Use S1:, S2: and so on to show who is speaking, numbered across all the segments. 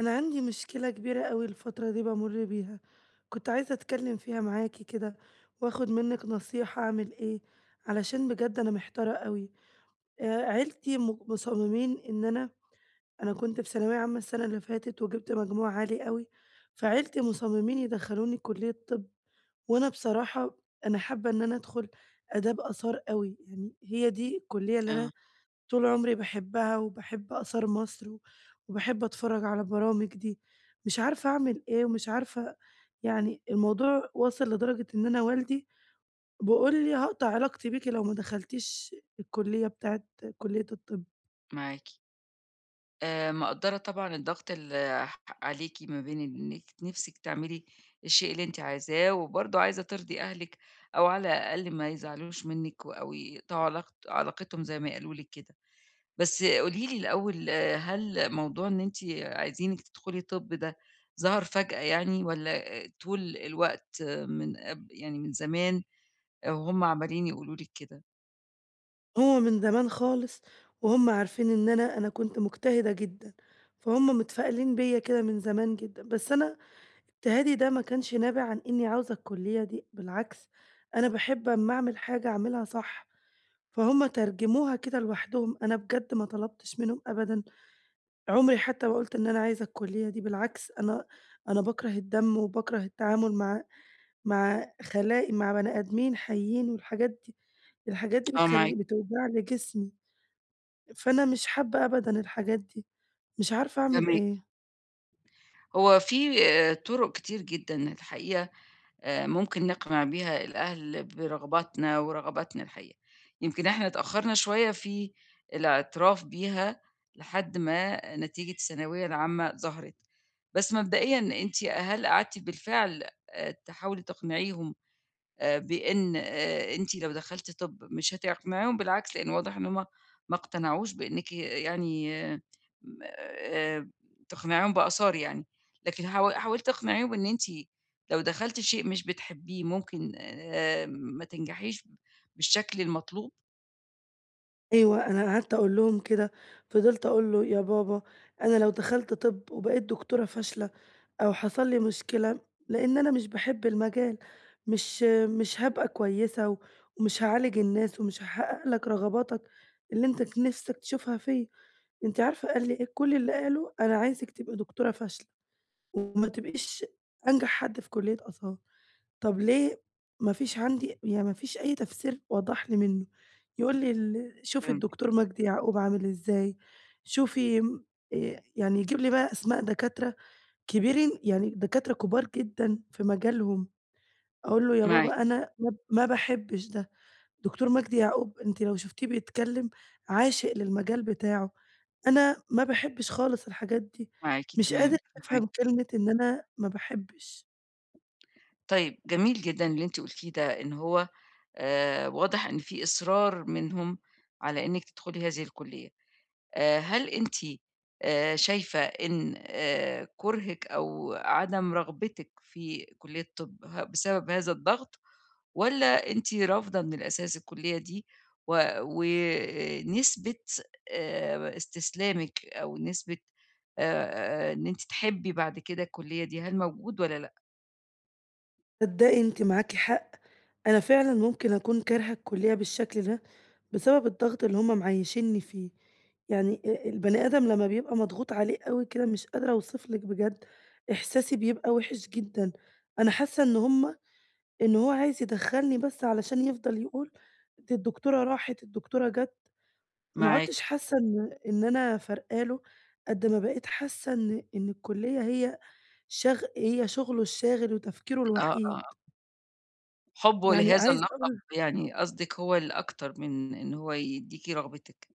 S1: أنا عندي مشكلة كبيرة أوي الفترة دي بامُر بيها، كنت عايزة أتكلّم فيها معاكِ كده وآخُد منِّك نصيحة أعمل إيه، علشان بجد أنا محتارة أوي. آآ عيلتي مصمّمين إن أنا كنت في ثانوية عامة السَنة اللي فاتت وجِبت مجموع عالي أوي، فعيلتي مصمّمين يدخّلوني كُلّية طِب وأنا بصراحة أنا حابّة إن أنا أدخُل آداب آثار أوي، يعني هي دي الكُلّية اللي أنا
S2: آه،
S1: طول عمري باحبها وباحب آثار مصر وباحب أتفرّج على البرامج دي، مش عارفة أعمل إيه ومش عارفة يعني الموضوع واصل لدرجة إن أنا والدي بيقول لي: "هاقطع علاقتي بيكِ لو ما دخلتيش الكلية بتاعة كلية الطب."
S2: معاكِ. مقدّرة طبعًا الضغط اللي ح عليكِ ما بين إنِّك نِفْسِك تعملي الشيء اللي أنتِ عايزاه، وبرضه عايزة ترضي أهلِك أو على الأقل ما يزعلوش منِّك أو يقطعوا علاقتهم زي ما قالوا لِك كده. بس قولي لي الأول آه، هل موضوع إن أنتِ عايزينِك تدخلي طِب ده ظَهَر فجأة يعني والّا طول الوقت آه، من قب يعني من زمان آه، وهُم عمّالين يقولوا لِك كده؟
S1: هو من زمان خالص وهُم عارفين إن أنا كنت مجتهدة جدًا، فهُم متفائلين بيّا كده من زمان جدًا، بس أنا اجتهادي ده ما كانش نابع عن إني عاوزة الكلية دي، بالعكس أنا باحب أمّا أعمل حاجة أعملها صح. فهُم ترجموها كده لوحدهم، أنا بجد ما طلبتش منهم أبدًا، عمري حتى ما قُلت إن أنا عايزة الكلية دي، بالعكس أنا باكره الدم وباكره التعامل مع خلايق مع بني آدمين حيين والحاجات دي، الحاجات دي
S2: آه معاكِ،
S1: بتخلّي بتوجع لي جسمي، فأنا مش حابة أبدًا الحاجات دي، مش عارفة أعمل
S2: فاهماكِ.
S1: إيه.
S2: هو في طُرق كتير جدًا الحقيقة ممكن نقنع بيها الأهل برغباتنا ورغباتنا الحقيقة. يمكن إحنا اتأخّرنا شوية في الاعتراف بيها لحد ما نتيجة الثانوية العامة ظهرت. بس مبدئيًا أنتِ هل قعدتِ بالفعل تحاولي تقنعيهم بإن أنتِ لو دخلتِ طِب مش هتقنعيهم بالعكس، لإن واضح إن هُم ما اقتنعوش بإنِّك يعني آه، م تقنعيهم بآثار يعني، لكن حاولتِ تقنعيهم إن أنتِ لو دخلتِ شيء مش بتحبيه ممكن ما تنجحيش بالشكل المطلوب؟
S1: أيوه، أنا قعدت أقول لهم كده، فضلت أقول له: "يا بابا أنا لو دخلت طِب وبقيت دكتورة فاشلة أو حصل لي مشكلة، لإن أنا مش باحب المجال، مش هابقى كويسة ومش هاعالج الناس ومش هاحقق لك رغباتك اللي أنت نِفْسك تشوفها فيّا. أنتِ عارفة قال لي إيه؟ كل اللي قاله أنا عايزِك تبقي دكتورة فاشلة وما تبقيش أنجح حد في كلية أسوان. طب ليه؟ ما فيش عندي يعني ما فيش أي تفسير واضح لي منّه. يقول لي شوفي
S2: فهمت،
S1: الدكتور مجدي يعقوب عامل إزاي، شوفي م يعني يجيب لي بقى أسماء دكاترة كبيرين يعني دكاترة كبار جدًا في مجالهم، أقول له: "يا
S2: معاكِ،
S1: بابا أنا ما باحبش ده." دكتور مجدي يعقوب أنتِ لو شُفتيه بيتكلم عاشق للمجال بتاعه، أنا ما باحبش خالص الحاجات دي،
S2: معاكِ
S1: مش قادر
S2: تمام، فاهماكِ.
S1: أفهم كلمة إن أنا ما باحبش.
S2: طيب جميل جدًا اللي أنتِ قُلتيه ده، إن هو واضح إن في إصرار منهم على إنِّك تدخلي هذه الكُلّية. هل أنتِ شايفة إن كُرهِك أو عدم رغبتِك في كُلّية الطِب ه بسبب هذا الضغط والّا أنتِ رافضة من الأساس الكُلّية دي و ونسبة استسلامِك أو نسبة إن أنتِ تحبّي بعد كده الكُلّية دي، هل موجود والّا لأ
S1: تصدقي أنتِ معاكِ حق، أنا فعلًا ممكن أكون كارهة الكلية بالشكل ده، بسبب الضغط اللي هُم معيّشينّي فيه، يعني البني آدم لمّا بيبقى مضغوط عليه أوي كده مش قادرة أوصف لِك بجد، إحساسي بيبقى وِحِش جدًا، أنا حاسة إن هو عايز يدخّلني بس علشان يفضل يقول دي الدكتورة راحت، الدكتورة جات، ما عُدتش
S2: معاكِ؟
S1: حاسة إن أنا فارقة له، قد ما بقيت حاسة إن الكلية هي شغ هي شغله الشاغل وتفكيره
S2: آه، آه.
S1: الوحيد،
S2: حُبّه
S1: يعني
S2: لهذا
S1: عايزة
S2: اللقب
S1: أقول
S2: يعني قصدِك هو الأكتر من إن هو يدّيكِ رغبتِك.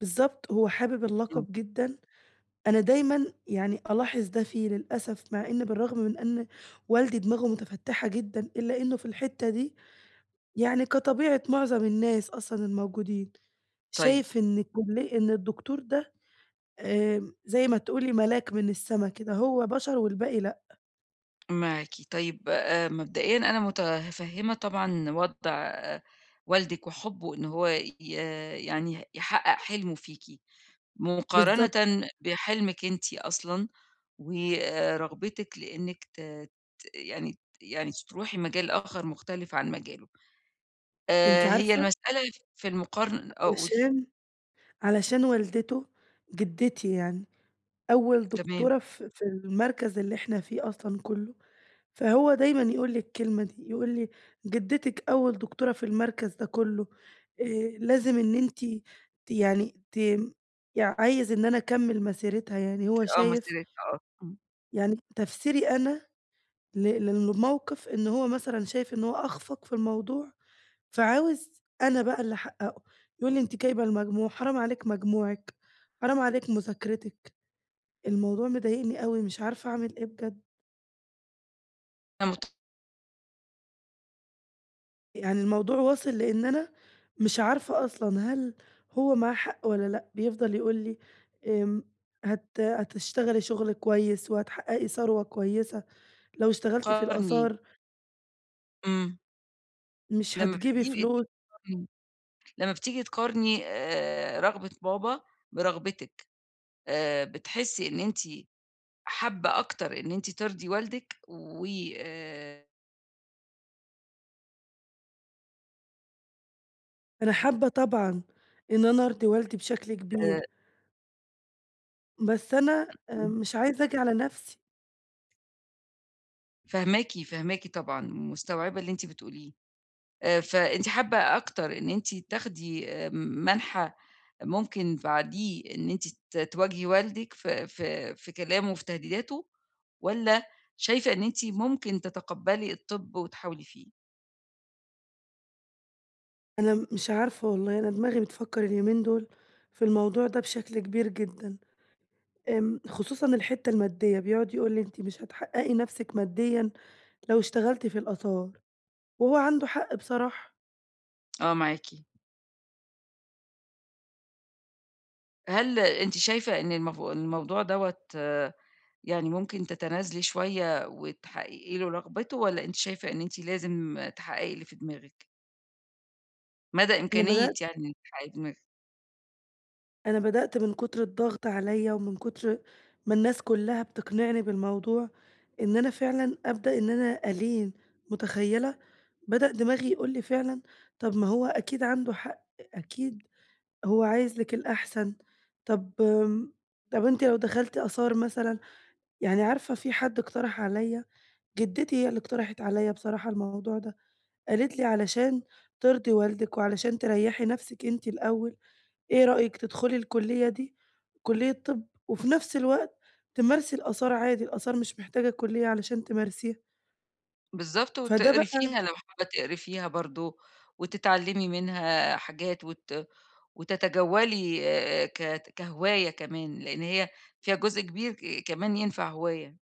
S1: بالضبط، هو حابب
S2: إمم.
S1: اللقب جدًا، أنا دايمًا يعني ألاحظ ده فيه للأسف، مع إن بالرغم من إن والدي دماغه مُتفتّحة جدًا، إلا إنه في الحتّة دي يعني كطبيعة معظم الناس أصلًا الموجودين،
S2: طيب.
S1: شايف إن إن الدكتور ده زي ما تقولي ملاك من السما كده، هو بشر والباقي لأ.
S2: معاكِ. طيب مبدئيًا أنا متفهّمة طبعًا وضع آه، والدِك وحُبّه إن هو ي آه، يعني يحقّق حلمه فيكِ، مقارنةً
S1: بالضبط،
S2: بحلمِك أنتِ أصلًا ورغبتِك لإنِّك ت ت يعني يعني تروحي مجال آخر مختلف عن مجاله.
S1: أنتِ
S2: هي
S1: عارفة
S2: المسألة في المقارن آه قولي.
S1: علشان علشان والدته جدتي يعني أول
S2: تمام.
S1: دكتورة في المركز اللي إحنا فيه أصلًا كُلّه. فهو دايمًا يقول لي الكلمة دي، يقول لي: "جدتِك أول دكتورة في المركز ده كُلّه، آآ لازم إن أنتِ يعني ت يع عايز إن أنا أكمّل مسيرتها." يعني هو
S2: آه
S1: شايف
S2: مسألة آه. إمم.
S1: يعني تفسيري أنا للموقف إن هو مثلًا شايف إن هو أخفَق في الموضوع، فعاوز أنا بقى اللي أحقّقه. يقول لي: "أنتِ جايبة المجموع، حرام عليك مجموعِك، حرام عليك مذاكرتِك." الموضوع مضايقني أوي، مش عارفة أعمل إيه بجد.
S2: لمّا
S1: يعني الموضوع واصل لإن أنا مش عارفة أصلًا هل هو معاه حق والّا لأ، بيفضل يقول لي آمم هتشتغلي شغل كويس وهتحققي ثروة كويسة، لو اشتغلتِ في
S2: تقارني
S1: الآثار
S2: إمم.
S1: مش
S2: لمّا
S1: هتجيبي
S2: بتبقي
S1: فلوس،
S2: لمّا بتيجي تقارني رغبة بابا برغبتِك، بتحسّي إن أنتِ حابّة أكتر إن أنتِ ترضي والدِك و آآ
S1: أنا حابة طبعًا إن أنا أرضي والدي بشكل كبير، بس أنا
S2: إمم،
S1: مش عايزة آجي على نفسي،
S2: فاهماكِ، فاهماكِ طبعًا، مستوعبة اللي أنتِ بتقوليه. فأنتِ حابّة أكتر إن أنتِ تاخدي منحى ممكن بعديه إن أنتِ تواجهي والدِك في كلامه وفي تهديداته والّا شايفة إن أنتِ ممكن تتقبّلي الطِب وتحاولي فيه؟
S1: أنا مش عارفة والله أنا دماغي بتفكر اليومين دول في الموضوع ده بشكل كبير جدًا، خصوصًا الحتة المادية، بيقعد يقول لي أنتِ مش هتحققي نفسِك ماديًا لو اشتغلت في الآثار، وهو عنده حق بصراحة،
S2: آه، معاكِ. هل أنتِ شايفة إن الموضوع دوّة يعني ممكن تتنازلي شوية وتحققي له رغبته، والّا أنتِ شايفة إن أنتِ لازم تحققي اللي في دماغِك؟ مدى
S1: أنا
S2: إمكانية
S1: بدأت
S2: يعني إنِّك تحققي دماغِك.
S1: أنا بدأت من كتر الضغط عليَّ ومن كتر ما الناس كلها بتقنعني بالموضوع، إن أنا فعلًا أبدأ إن أنا ألين، متخيلة؟ بدأ دماغي يقول لي فعلًا طب ما هو أكيد عنده حق، أكيد هو عايز لِك الأحسن، طب طب أنتِ لو دخلتِ آثار مثلًا، يعني عارفة في حد اقترح عليَّ جدتي هي اللي اقترحت عليَّ بصراحة الموضوع ده. قالت لي: "علشان ترضي والدِك وعلشان تريّحي نَفْسِك أنتِ الأول، إيه رأيِك تدخلي الكُلّية دي، كُلّية طِب وفي نَفْس الوقت تمارسي الآثار عادي، الآثار مش محتاجة كُلّية علشان تمارسيها."
S2: بالضبط،
S1: فده
S2: وتقري
S1: بقى
S2: فيها لو حابة تقري فيها برضه، وتتعلمي منها حاجات وتتجولي ك كهواية كمان، لأن هي فيها جزء كبير ك كمان ينفع هواية.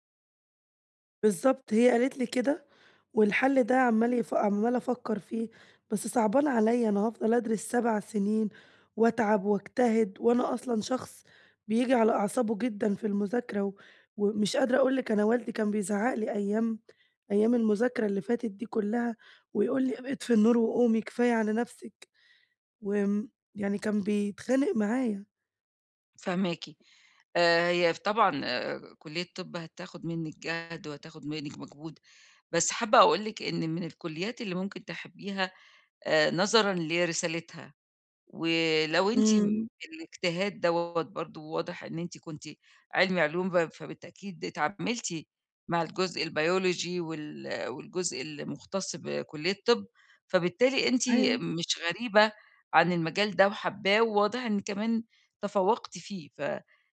S1: بالضبط، هي قالت لي كده، والحل ده عمّالة أفكّر فيه، بس صعبان عليّا أنا هافضل أدرس 7 سنين وأتعب وأجتهد، وأنا أصلًا شخص بييجي على أعصابه جدًا في المذاكرة، ومش قادرة أقول لِك أنا والدي كان بيزعّق لي أيام المذاكرة اللي فاتت دي كلّها، ويقول لي: "اطفي النور وقومي كفاية على نَفْسِك." وآمم، يعني كان بيتخانق معايا.
S2: فاهماكِ. هي ف طبعًا كُلّية الطِب هتاخُد منِّك جهد وهتاخُد منِّك مجهود، بس حابّة أقول لِك إن من الكُلّيات اللي ممكن تحبّيها نظرًا لرسالتها. ولو أنتِ م
S1: إمم.
S2: الاجتهاد دوّة برضه واضح إن أنتِ كنتِ علمي علوم، فبالتأكيد اتعاملتِ مع الجزء البيولوجي والجزء المختص بكلية طِب، فبالتالي أنتِ
S1: أيوه،
S2: مش غريبة عن المجال ده وحاباه، وواضح إن كمان تفوّقتِ فيه،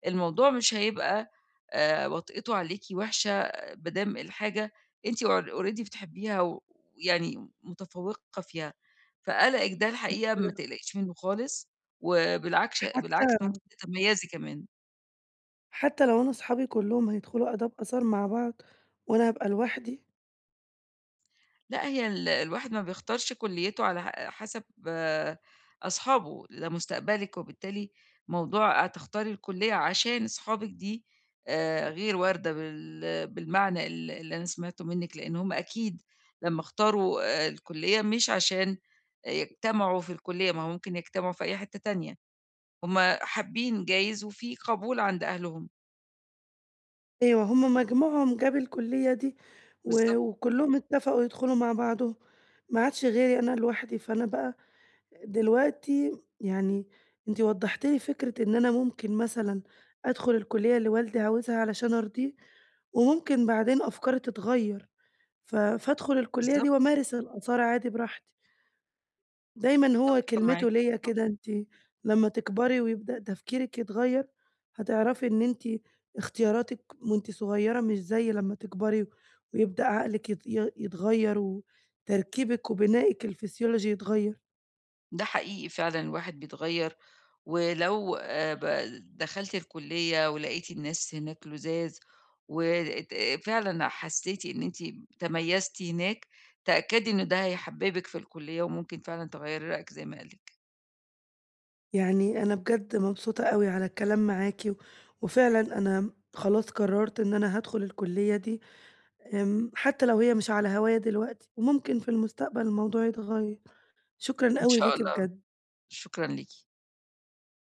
S2: فالموضوع مش هيبقى وطأته عليكِ وِحشة ما دام الحاجة أنتِ or already بتحبيها و- ويعني متفوّقة فيها. فقلقِك ده الحقيقة ما تقلقيش منّه خالص،
S1: حتى
S2: بالعكس ممكن تتميّزي كمان.
S1: حتى لو أنا صحابي كلّهم هيدخلوا آداب آثار مع بعض وأنا هابقى لوحدي،
S2: لأ، هي ال الواحد ما بيختارش كُلّيته على حسب أصحابه، ده مستقبلِك، وبالتالي موضوع هتختاري الكُلّية عشان أصحابِك دي غير واردة بالمعنى اللي أنا سمعته منِّك، لإن هم أكيد لمّا اختاروا الكُلّية مش عشان يجتمعوا في الكُلّية، ما هو ممكن يجتمعوا في أي حتّة تانية، هم حابين جايز وفي قبول عند أهلهم.
S1: أيوه هُم مجموعهم جاب الكلية دي و
S2: بالضبط.
S1: وكلّهم اتفقوا يدخلوا مع بعضهم، ما عادش غيري أنا لوحدي، فأنا بقى دلوقتي يعني أنتِ وضّحتِ لي فكرة إن أنا ممكن مثلًا أدخل الكلية اللي والدي عاوزها علشان أرضيه، وممكن بعدين أفكاري تتغيّر، فادخل الكلية
S2: بالضبط،
S1: دي وأمارس الآثار عادي براحتي. دايمًا هو
S2: متّفقة معاكِ،
S1: كلمته ليّا كده أنتِ لمّا تكبري ويبدأ تفكيرِك يتغيّر، هتعرفي إن أنتِ اختياراتِك وأنتِ صغيرة مش زي لمّا تكبري ويبدأ عقلِك يت ي يتغيّر وتركيبِك وبنائِك الفسيولوجي يتغيّر.
S2: ده حقيقي فعلًا الواحد بيتغيّر، ولو ب دخلتِ الكلية ولقيتِ الناس هناك لُذاذ وات فعلًا حسيتِ إن أنتِ تميزتِ هناك، تأكدي إن ده هيحببِك في الكلية وممكن فعلًا تغيّري رأيِك زي ما قال لِك،
S1: يعني أنا بجد مبسوطة أوي على الكلام معاكِ وفعلًا أنا خلاص قررت إن أنا هادخل الكلية دي، حتى لو هي مش على هوايا دلوقتي وممكن في المستقبل الموضوع يتغيّر. شكرًا
S2: إن
S1: أوي
S2: شاء
S1: ليكِ
S2: الله،
S1: بجد.
S2: شكرًا ليكِ.